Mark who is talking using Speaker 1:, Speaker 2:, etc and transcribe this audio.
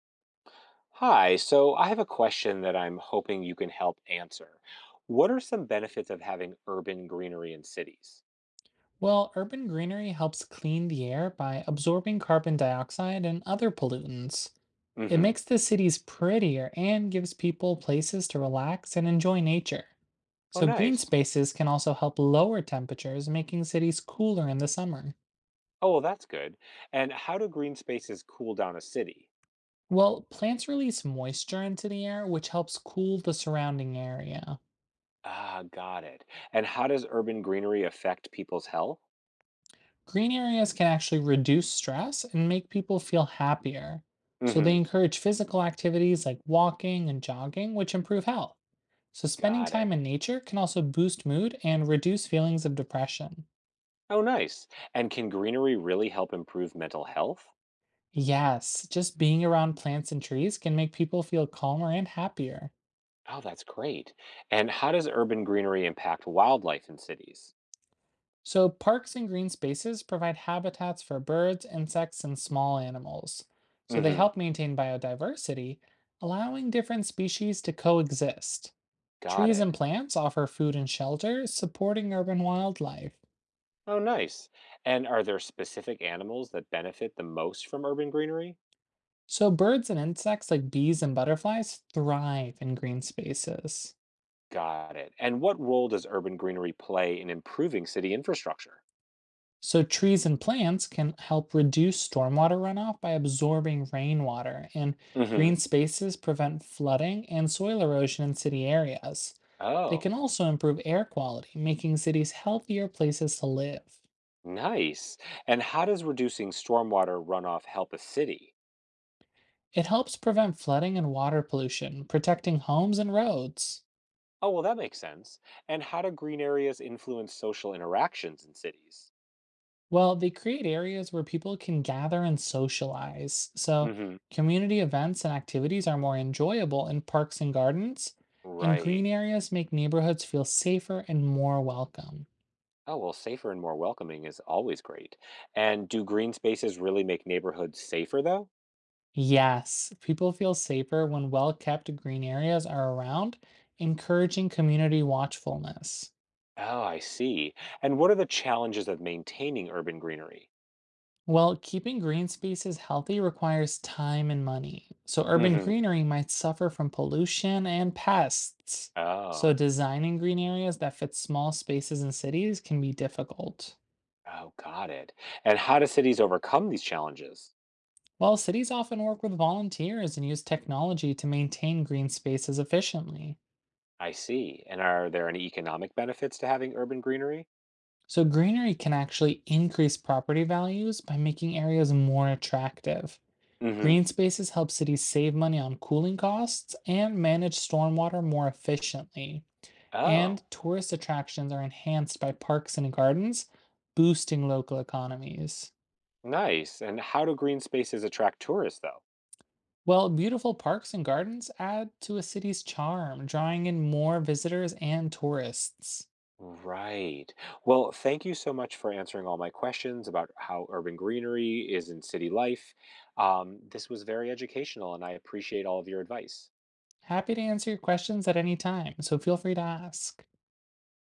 Speaker 1: Hi, so I have a question that I'm hoping you can help answer. What are some benefits of having urban greenery in cities?
Speaker 2: Well, urban greenery helps clean the air by absorbing carbon dioxide and other pollutants. It
Speaker 1: Mm-hmm.
Speaker 2: makes the cities prettier and gives people places to relax and enjoy nature.
Speaker 1: Oh,
Speaker 2: So, green
Speaker 1: nice.
Speaker 2: spaces can also help lower temperatures, making cities cooler in the summer.
Speaker 1: Oh, well, that's good. And how do green spaces cool down a city?
Speaker 2: Well, plants release moisture into the air, which helps cool the surrounding area.
Speaker 1: Ah, got it. And how does urban greenery affect people's health?
Speaker 2: Green areas can actually reduce stress and make people feel happier. So, they
Speaker 1: Mm-hmm.
Speaker 2: encourage physical activities like walking and jogging, which improve health. So, spending
Speaker 1: Got it.
Speaker 2: time in nature can also boost mood and reduce feelings of depression.
Speaker 1: Oh, nice. And can greenery really help improve mental health?
Speaker 2: Yes, just being around plants and trees can make people feel calmer and happier.
Speaker 1: Oh, that's great. And how does urban greenery impact wildlife in cities?
Speaker 2: So, parks and green spaces provide habitats for birds, insects, and small animals. So, they
Speaker 1: Mm-hmm.
Speaker 2: help maintain biodiversity, allowing different species to coexist.
Speaker 1: Got
Speaker 2: Trees and
Speaker 1: it.
Speaker 2: plants offer food and shelter, supporting urban wildlife.
Speaker 1: Oh, nice. And are there specific animals that benefit the most from urban greenery?
Speaker 2: So, birds and insects like bees and butterflies thrive in green spaces.
Speaker 1: Got it. And what role does urban greenery play in improving city infrastructure?
Speaker 2: So trees and plants can help reduce stormwater runoff by absorbing rainwater, and
Speaker 1: Hmm.
Speaker 2: green spaces prevent flooding and soil erosion in city areas. They can
Speaker 1: Oh,
Speaker 2: also improve air quality, making cities healthier places to live.
Speaker 1: nice. And how does reducing stormwater runoff help a city?
Speaker 2: It helps prevent flooding and water pollution, protecting homes and roads.
Speaker 1: Oh, well, that makes sense. And how do green areas influence social interactions in cities?
Speaker 2: Well, they create areas where people can gather and socialize. So,
Speaker 1: Hmm.
Speaker 2: community events and activities are more enjoyable in parks and gardens, and green
Speaker 1: Right.
Speaker 2: areas make neighborhoods feel safer and more welcome.
Speaker 1: Oh, well, safer and more welcoming is always great. And do green spaces really make neighborhoods safer, though?
Speaker 2: Yes, people feel safer when well kept green areas are around, encouraging community watchfulness.
Speaker 1: Oh, I see. And what are the challenges of maintaining urban greenery?
Speaker 2: Well, keeping green spaces healthy requires time and money, so urban
Speaker 1: Hmm.
Speaker 2: greenery might suffer from pollution and pests. So,
Speaker 1: Oh,
Speaker 2: designing green areas that fit small spaces in cities can be difficult.
Speaker 1: oh, got it. And how do cities overcome these challenges?
Speaker 2: Well, cities often work with volunteers and use technology to maintain green spaces efficiently.
Speaker 1: I see. And are there any economic benefits to having urban greenery?
Speaker 2: So, greenery can actually increase property values by making areas more attractive. Green
Speaker 1: Hmm.
Speaker 2: spaces help cities save money on cooling costs and manage stormwater more efficiently.
Speaker 1: Oh,
Speaker 2: And tourist attractions are enhanced by parks and gardens, boosting local economies.
Speaker 1: nice. And how do green spaces attract tourists, though?
Speaker 2: Well, beautiful parks and gardens add to a city's charm, drawing in more visitors and tourists.
Speaker 1: Right. Well, thank you so much for answering all my questions about how urban greenery is in city life. This was very educational, and I appreciate all of your advice.
Speaker 2: Happy to answer your questions at any time, so feel free to ask.